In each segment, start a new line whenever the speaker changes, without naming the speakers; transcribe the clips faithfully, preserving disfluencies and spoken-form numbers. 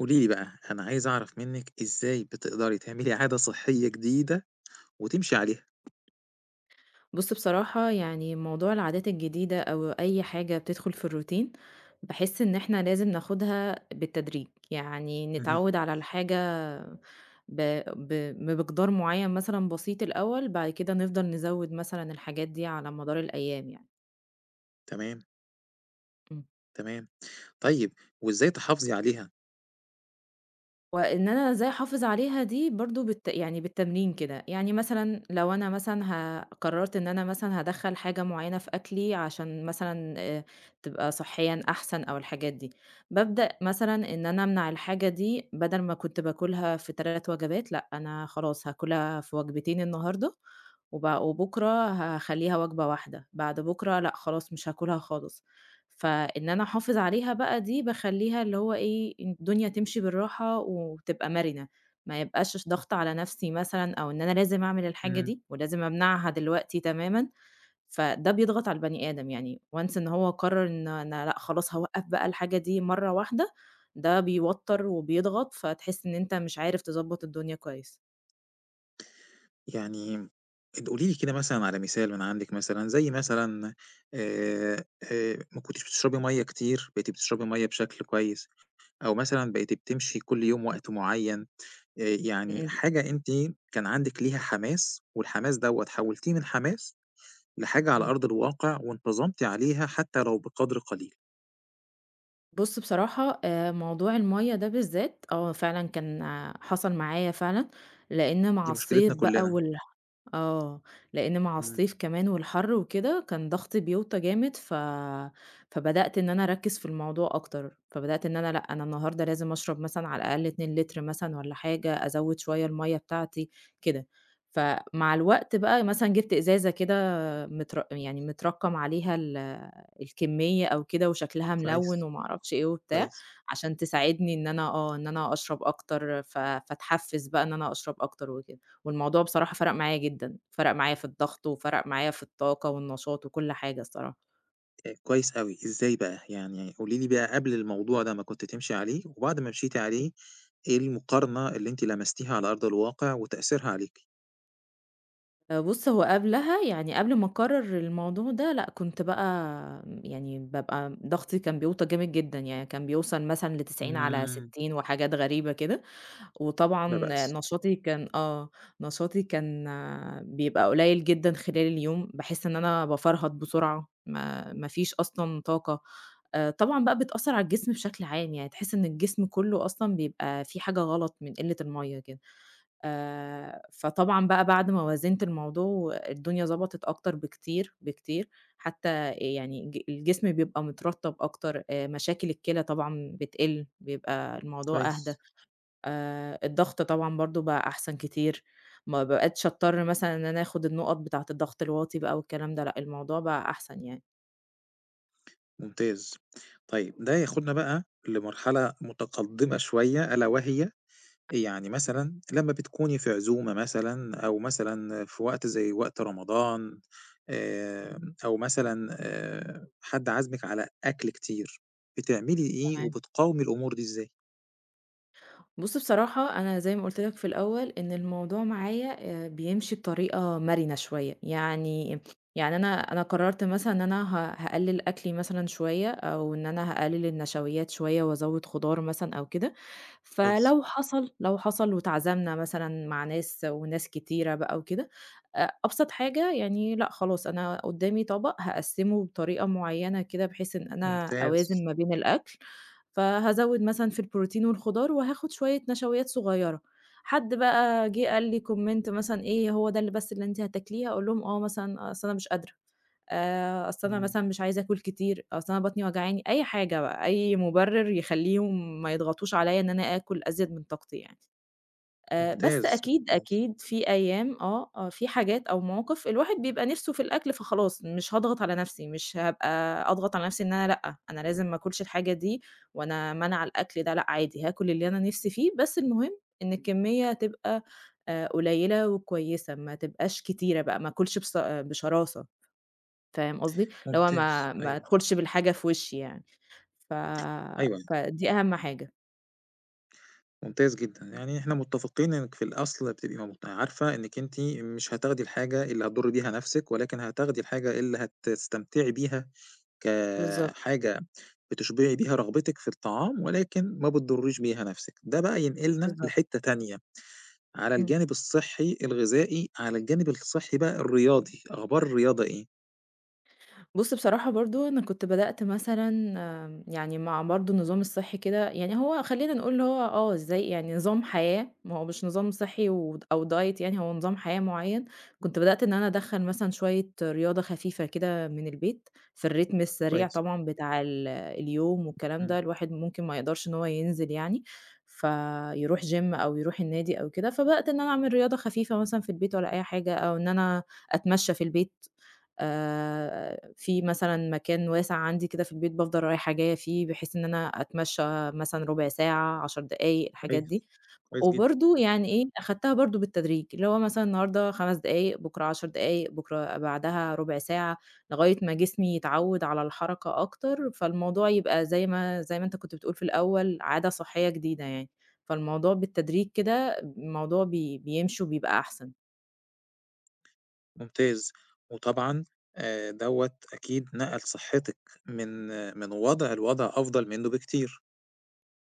قولي لي بقى، أنا عايز أعرف منِّك إزاي بتقدري تعملي عادة صحية جديدة وتمشي عليها؟
بُص بصراحة يعني موضوع العادات الجديدة أو أي حاجة بتدخل في الروتين، باحس إن إحنا لازم ناخدها بالتدريج، يعني
اهم،
نتعود على الحاجة ب ب بمقدار معين مثلًا بسيط الأول، بعد كده نفضل نزود مثلًا الحاجات دي على مدار الأيام يعني.
تمام،
إمم.
تمام. طيب وإزاي تحافظي عليها؟
وإن أنا إزاي أحافظ عليها دي برضه بالت يعني بالتمرين كده، يعني مثلًا لو أنا مثلًا ه قررت إن أنا مثلًا هادخّل حاجة معيّنة في أكلي عشان مثلًا آآ، تبقى صحيًا أحسن أو الحاجات دي، بابدأ مثلًا إن أنا أمنع الحاجة دي بدل ما كنت باكلها في ثلاث وجبات، لأ أنا خلاص هاكلها في وجبتين النهارده، وب وبُكرة هاخلّيها وجبة واحدة، بعد بُكرة لأ خلاص مش هاكلها خالص. فإن أنا أحافظ عليها بقى دي باخلّيها اللي هو إيه، الدنيا تمشي بالراحة وتبقى مرنة، ما يبقاش ش ضغط على نفسي مثلًا أو إن أنا لازم أعمل الحاجة
إمم،
دي ولازم أمنعها دلوقتي تمامًا، فده بيضغط على البني آدم يعني once إن هو قرر إن أنا لأ خلاص هاوقّف بقى الحاجة دي مرّة واحدة، ده بيوتّر وبيضغط فتحس إن أنت مش عارف تضبّط الدنيا كويس.
يعني اد قولي لي كده مثلًا على مثال من عندِك مثلًا، زي مثلًا آآ، آآ، ما كنتيش بتشربي مَيّة كتير، بقيتِ بتشربي مَيّة بشكل كويس، أو مثلًا بقيتِ بتمشي كل يوم وقت معيّن، آآ، يعني
إمم،
حاجة أنتِ كان عندِك ليها حماس والحماس دوّة حوّلتيه من حماس لحاجة على
إمم.
أرض الواقع وانتظمتِ عليها حتى لو بقدر قليل.
بُص بصراحة آآ موضوع المَيّة ده بالذات آه، فعلًا كان آه، حصل معايا فعلًا، لإن مع
دي مشكلتنا
الصيف بقى
كلنا.
والح آه، لإن مع
إمم،
الصيف كمان والحَر وكده كان ضغط بيوطى جامد ف فبدأت إن أنا أركّز في الموضوع أكتر، فبدأت إن أنا لأ، أنا النهارده لازم أشرب مثلًا على الأقل اتنين لِتر مثلًا والّا حاجة، أزوّد شوية المَيّة بتاعتي كده. فمع الوقت بقى مثلًا جِبت إزازة كده متر يعني متركّم عليها ال الكمية أو كده وشكلها ملوِّن
كويس،
وما أعرفش إيه وبتاع،
كويس،
عشان تساعدني إن أنا آه، إن أنا أشرب أكتر ف فاتحفّز بقى إن أنا أشرب أكتر وكده، والموضوع بصراحة فرَق معايا جدًا، فرَق معايا في الضغط وفرَق معايا في الطاقة والنشاط وكل حاجة الصراحة.
آآ كويس أوي، إزاي بقى؟ يعني قولي لي بقى قبل الموضوع ده ما كنتِ تمشي عليه، وبعد ما مشيتِ عليه إيه المقارنة اللي أنتِ لمستيها على أرض الواقع وتأثيرها عليكِ؟
آآ بُص، هو قبلها يعني قبل ما أقرّر الموضوع ده لأ، كنت بقى يعني بابقى ضغطي كان بيوطى جامد جدًا، يعني كان بيوصل مثلًا ل90 على
إمم،
ستين وحاجات غريبة كده،
لا
وطبعًا
بأس،
نشاطي كان آه، نشاطي كان آه، بيبقى قليل جدًا خلال اليوم، باحس إن أنا بافرهد بسرعة، ما ما فيش أصلًا طاقة، آآ طبعًا بقى بتأثّر على الجسم بشكل عام، يعني تحس إن الجسم كلّه أصلًا بيبقى في حاجة غلط من قلة المَيّة كده، آآ فطبعًا بقى بعد ما وازنت الموضوع الدنيا ضبطت أكتر بكتير، بكتير، حتى يعني الج الجسم بيبقى مترطّب أكتر، آآ مشاكل الكلى طبعًا بتقِل، بيبقى الموضوع أهدى.
كويس،
آآ الضغط طبعًا برضه بقى أحسن كتير، ما بقيتش أضطر مثلًا إن أنا آخُد النُقط بتاعة الضغط الواطي بقى والكلام ده لأ، الموضوع بقى أحسن يعني.
ممتاز. طيب ده ياخدنا بقى لمرحلة متقدمة شوية ألا وهي يعني مثلًا لمّا بتكوني في عزومة مثلًا أو مثلًا في وقت زي وقت رمضان آمم، أو مثلًا آآ، حد عازمِك على أكل كتير، بتعملي إيه
تمام.
وبتقاومي الأمور دي إزاي؟
بُص بصراحة أنا زي ما قُلت لك في الأول إن الموضوع معايا آآ بيمشي بطريقة مرنة شوية، يعني يعني أنا أنا قررت مثلًا إن أنا ه هاقلِّل أكلي مثلًا شوية أو إن أنا هاقلِّل النشويات شوية وأزوّد خضار مثلًا أو كده،
كويس،
فلو حصل لو حصل واتعزمنا مثلًا مع ناس وناس كتيرة بقى وكده، أ أبسط حاجة يعني لأ خلاص أنا قدّامي طبق هاقسّمه بطريقة معيّنة كده بحيث إن أنا
ممتاز،
أوازن ما بين الأكل فهازوّد مثلًا في البروتين والخضار، وهاخد شوية نشويات صغيّرة. حد بقى جِه قال لي comment مثلًا إيه "هو ده اللي بس اللي أنتِ هتاكليه؟" أقول لهم "آه مثلًا أصل أنا مش قادرة، آآ أصل أنا
إمم،
مثلًا مش عايزة آكل كتير، أصل أنا بطني وجعاني." أي حاجة بقى، أي مُبرر يخلّيهم ما يضغطوش عليّا إن أنا آكل أزيد من طاقتي يعني. آآ، بس
ممتاز،
أكيد،
ممتاز،
أكيد في أيام آه، آه، في حاجات أو مواقف الواحد بيبقى نِفْسه في الأكل، فخلاص مش هاضغط على نَفْسي، مش هابقى أضغط على نَفْسي إن أنا لأ، أنا لازم ما آكُلش الحاجة دي وأنا مانعة الأكل ده، لأ عادي هاكُل اللي أنا نِفْسي فيه، بس المهم إن الكمية تبقى آآ، قليّلة وكويسة، ما تبقاش كتيرة بقى، ما آكُلش بص آه، بشراسة فاهم قصدي؟ اللي هو
ممتاز،
ما ما
أيوه،
أدخُلش بالحاجة في وشّي يعني، ف
أيوه،
فدي أهم حاجة.
ممتاز جدًا، يعني إحنا متفقين إنِّك في الأصل بتبقي مت عارفة إنِّك أنتِ مش هتاخدي الحاجة اللي هتضري بيها نفسِك، ولكن هتاخدي الحاجة اللي هتستمتعي بيها
بالضبط،
كحاجة بتشبعي بيها رغبتِك في الطعام، ولكن ما بتضرّيش بيها نَفْسِك. ده بقى ينقلنا
بالضبط.
لحتّة تانية، على
إمم.
الجانب الصحّي الغذائي، على الجانب الصحّي بقى الرياضي، أخبار الرياضة إيه؟
بُص بصراحة برضه أنا كنت بدأت مثلًا آمم، يعني مع برضه النظام الصحّي كده يعني هو خلّينا نقول اللي هو آه، إزاي يعني نظام حياة، ما هو مش نظام صحّي ود أو diet يعني هو نظام حياة معيّن، كنت بدأت إن أنا أدخّل مثلًا شوية رياضة خفيفة كده من البيت، في الريتم السريع
كويس،
طبعًا بتاع ال اليوم والكلام
إمم،
ده، الواحد ممكن ما يقدرش إن هو ينزل يعني، فيروح gym أو يروح النادي أو كده، فبدأت إن أنا أعمل رياضة خفيفة مثلًا في البيت والّا أي حاجة، أو إن أنا أتمشى في البيت. آآ في مثلًا مكان واسع عندي كده في البيت بافضل رايحة جاية فيه، بحيث إن أنا أتمشى مثلًا ربع ساعة، عشر دقايق، الحاجات
كويس،
دي.
كويس جدًا،
وبرضه يعني إيه، أخدتها برضه بالتدريج، اللي هو مثلًا النهارده خمس دقايق، بكرة عشر دقايق، بكرة بعدها ربع ساعة، لغاية ما جسمي يتعود على الحركة أكتر، فالموضوع يبقى زي ما زي ما أنت كنت بتقول في الأول، عادة صحية جديدة يعني. فالموضوع بالتدريج كده، الموضوع بي بيمشي وبيبقى أحسن.
ممتاز. وطبعًا آآ دوّة أكيد نقل صحتِك من آه، من وضع لوضع أفضل منّه بكتير.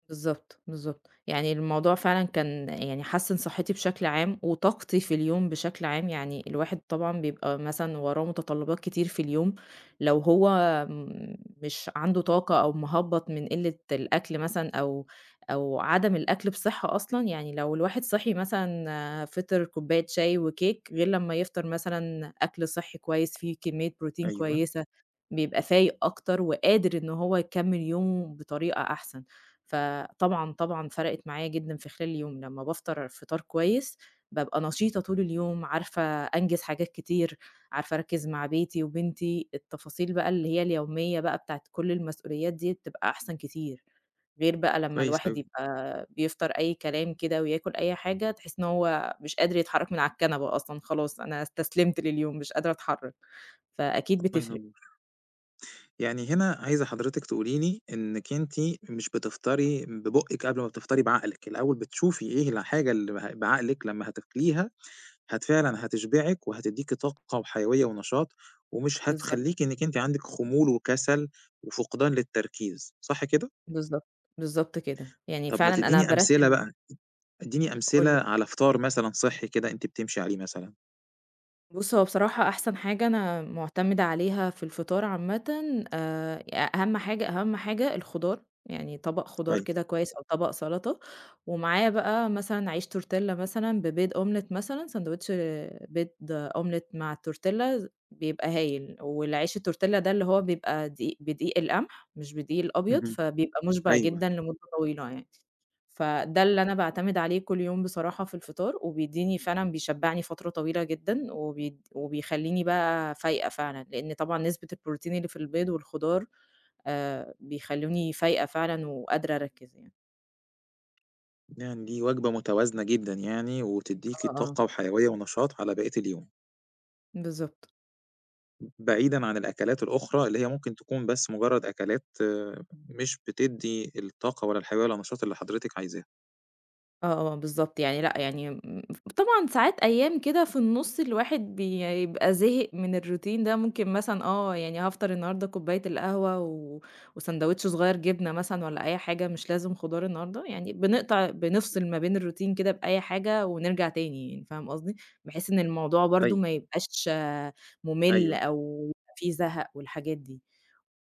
بالضبط، بالضبط. يعني الموضوع فعلًا كان يعني حسِّن صحّتي بشكل عام وطاقتي في اليوم بشكل عام، يعني الواحد طبعًا بيبقى مثلًا وراه متطلّبات كتير في اليوم، لو هو م مش عنده طاقة أو مهبّط من قِلّة الأكل مثلًا أو أو عدم الأكل بصحّة أصلًا، يعني لو الواحد صحي مثلًا آه، فِطِر كوباية شاي وكيك غير لمّا يفطر مثلًا أكل صحّي كويس فيه كمية بروتين
أيوه،
كويسة، بيبقى فايق أكتر وقادر إن هو يكمّل يومه بطريقة أحسن. فطبعًا، طبعًا فرقِت معايا جدًا في خلال اليوم، لمّا بافطر فطار كويس، بابقى نشيطة طول اليوم، عارفة أنجز حاجات كتير، عارفة أركّز مع بيتي وبنتي، التفاصيل بقى اللي هي اليومية بقى بتاعة كل المسؤوليات دي بتبقى أحسن كتير، غير بقى لمّا
كويس
الواحد
أوي،
يبقى بيفطر أي كلام كده وياكل أي حاجة، تحس إن هو مش قادر يتحرك من على الكنبة أصلًا، خلاص أنا استسلمت لليوم، مش قادرة أتحرك، فأكيد
الله
بتفرق.
ينوّر. يعني هنا عايزة حضرتِك تقولي لي إنِّك أنتِ مش بتفطري ببُقِّك قبل ما بتفطري بعقلِك، الأول بتشوفي إيه الحاجة اللي ه بعقلِك لمّا هتاكليها هت فعلًا هتشبعِك وهتدّيكِ طاقة وحيوية ونشاط، ومش
بالضبط،
هتخلّيكِ إنِّك أنتِ عندِك خمول وكسل وفقدان للتركيز، صح كده؟
بالضبط، بالضبط كده، يعني
طَب ما
فعلًا أنا
تدّيني أمثلة
بارتّب
بقى، ادّيني أمثلة
قُل
على فطار مثلًا صحّي كده أنتِ بتمشي عليه مثلًا.
بُص، هو بصراحة أحسن حاجة أنا مُعتمدة عليها في الفطار عامةً آآ، أهم حاجة أهم حاجة الخضار، يعني طبق خضار
كويس.
كده كويس أو طبق سلطة، ومعاه بقى مثلًا عيش تورتيلا مثلًا ببيض أومليت مثلًا، ساندوتش بيض أومليت مع التورتيلا بيبقى هايل، والعيش التورتيلا ده اللي هو بيبقى دقيق بدقيق القمح مش بدقيق الأبيض،
اهم.
فبيبقى مُشبع
أيوه.
جدًا لمدة طويلة يعني. فده اللي أنا باعتمد عليه كل يوم بصراحة في الفطار، وبيدّيني فعلًا بيشبّعني فترة طويلة جدًا، وبي وبيخلّيني بقى فايقة فعلًا، لإن طبعًا نسبة البروتين اللي في البيض والخضار آآ، بيخلّوني فايقة فعلًا وقادرة أركّز يعني.
يعني دي وجبة متوازنة جدًا يعني وتدّيكِ
آه، آه،
طاقة وحيوية ونشاط على بقية اليوم.
بالضبط.
بعيدًا عن الأكلات الأخرى اللي هي ممكن تكون بس مجرد أكلات آه، مش بتدّي الطاقة ولا الحيوية ولا النشاط اللي حضرتِك عايزاه.
آه، آه، بالضبط، يعني لأ، يعني م طبعًا ساعات أيام كده في النُص الواحد بيبقى زهق من الروتين ده، ممكن مثلًا آه، يعني هافطر النهارده كوباية القهوة و وساندوتش صغير جبنة مثلًا والّا أي حاجة، مش لازم خضار النهارده، يعني بنقطع بنفصل ما بين الروتين كده بأي حاجة ونرجع تاني يعني، فاهم قصدي؟ بحيث إن الموضوع برضه
أيوه،
ما يبقاش آه، مُمِل
أيوه،
أو يبقى في زهق والحاجات دي،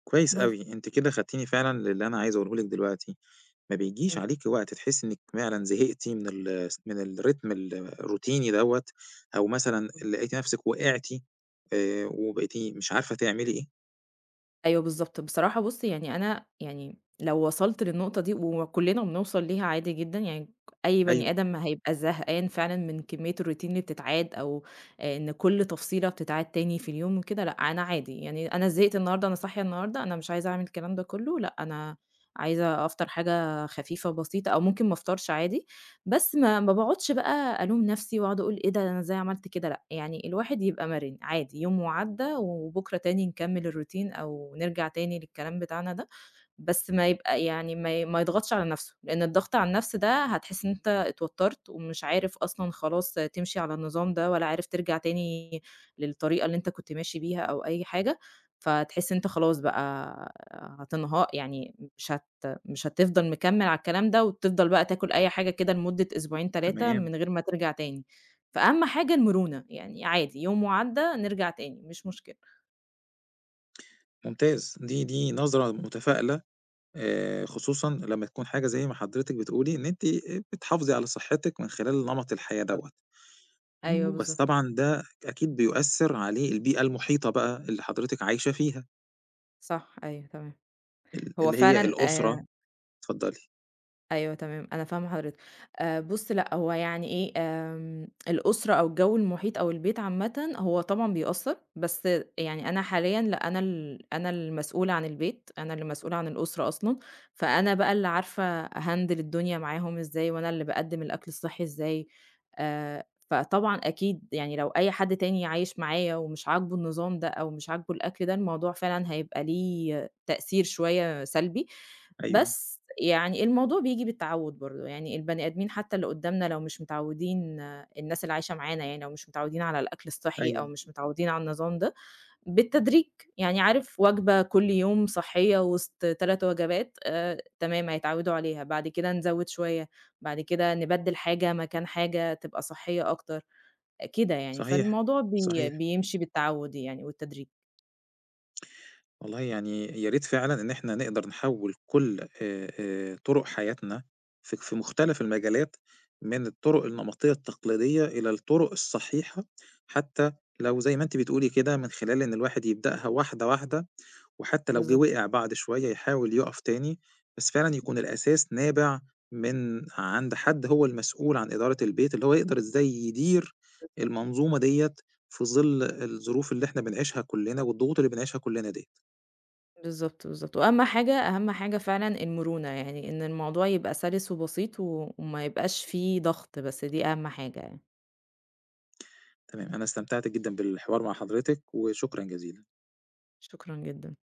كويس
بس.
أوي، أنتِ كده خدتيني فعلًا للي أنا عايز أقوله لِك دلوقتي، ما بيجيش
إمم.
عليكِ وقت تحسي إنِك فعلًا زهقتِ من ال من الريتم ال الروتيني دوّة، أو مثلًا لقيتِ نفسِك وقعتِ آآ، وبقيتِ مش عارفة تعملي إيه؟
أيوه بالضبط. بصراحة بُص، يعني أنا يعني لو وصلت للنقطة دي وكُلّنا بنوصل ليها عادي جدًا، يعني أي بني
أيوه،
آدم ما هيبقى زهقان فعلًا من كمية الroutine اللي بتتعاد أو آآ إن كل تفصيلة بتتعاد تاني في اليوم وكده، لأ أنا عادي، يعني أنا زهقت النهارده، أنا صاحية النهارده، أنا مش عايزة أعمل الكلام ده كُلّه، لأ أنا عايزة أفطر حاجة خفيفة بسيطة أو ممكن ما أفطرش عادي بس ما ما باقعدش بقى ألوم نفسي واقعد أقول إيه ده أنا إزاي عملت كده، لأ، يعني الواحد يبقى مرن عادي، يوم وعدّى وبكرة تاني نكمّل الroutine أو نرجع تاني للكلام بتاعنا ده. بس ما يبقى يعني ما ي ما يضغطش على نَفْسه، لإن الضغط على النَفْس ده هتحس إن أنت اتوتّرت ومش عارف أصلًا خلاص تمشي على النظام ده ولا عارف ترجع تاني للطريقة اللي أنت كنت ماشي بيها أو أي حاجة، فتحس إن أنت خلاص بقى هتنها يعني مش هت مش هتفضل مكمّل على الكلام ده وتفضل بقى تاكل أي حاجة كده لمدة أسبوعين ثلاثة
تمام،
من غير ما ترجع تاني، فأهم حاجة المرونة، يعني عادي يوم وعدّى نرجع تاني مش مشكلة.
ممتاز، دي دي نظرة متفائلة آآ خصوصًا لمّا تكون حاجة زي ما حضرتِك بتقولي إن أنتِ بتحافظي على صحتِك من خلال نمط الحياة
طب
دوّة،
أيوه
إمم. بس
بالضبط،
طبعًا ده أكيد بيؤثّر عليه البيئة المحيطة بقى اللي حضرتِك عايشة فيها،
صح، أيوه تمام.
ال
هو
اللي هي
فعلًا
الأسرة
آآ
اتفضلي.
أيوه تمام، أنا فاهمة حضرتك. آآ بُص لأ، هو يعني إيه، آمم الأسرة أو الجو المحيط أو البيت عامةً هو طبعًا بيأثّر، بس يعني أنا حاليًا لأ، أنا ال أنا المسؤولة عن البيت، أنا اللي مسؤولة عن الأسرة أصلًا، فأنا بقى اللي عارفة أهندل الدنيا معاهم إزاي، وأنا اللي باقدّم الأكل الصحّي إزاي، آآ فطبعًا أكيد يعني لو أي حد تاني عايش معايا ومش عاجبه النظام ده أو مش عاجبه الأكل ده، الموضوع فعلًا هيبقى ليه تأثير شوية سلبي،
أيوه،
بس يعني الموضوع بييجي بالتعوّد برضه، يعني البني آدمين حتى اللي قدّامنا لو مش متعوّدين آه، الناس اللي عايشة معانا يعني لو مش متعوّدين على الأكل الصحّي أو
أيوه،
مش متعوّدين على النظام ده، بالتدريج، يعني عارف وجبة كل يوم صحّية وسط ثلاث وجبات آآ، تمام هيتعوّدوا عليها، بعد كده نزوّد شوية، بعد كده نبدّل حاجة مكان حاجة تبقى صحّية أكتر، آه، كده يعني،
صحيح،
فالموضوع بي
صحيح.
بيمشي بالتعوّد يعني والتدريج.
والله يعني يا ريت فعلًا إن إحنا نقدر نحوّل كل آآ آآ طُرُق حياتنا في في مختلف المجالات من الطُرُق النمطية التقليدية إلى الطُرُق الصحيحة، حتى لو زي ما أنتِ بتقولي كده من خلال إن الواحد يبدأها واحدة، واحدة، وحتى لو جِه
بالضبط.
وقع بعد شوية يحاول يُقف تاني، بس فعلًا يكون الأساس نابع من عند حد هو المسؤول عن إدارة البيت، اللي هو يقدر إزاي يدير المنظومة ديّة في ظِل الظروف اللي إحنا بنعيشها كُلّنا والضغوط اللي بنعيشها كُلّنا ديّة.
بالضبط، بالضبط، وأهم حاجة أهم حاجة فعلًا المرونة، يعني إن الموضوع يبقى سَلِس وبسيط و وما يبقاش فيه ضغط، بس دي أهم حاجة يعني.
تمام، أنا استمتعت جدًا بالحوار مع حضرتك، وشكرًا جزيلًا.
شكرًا جدًا.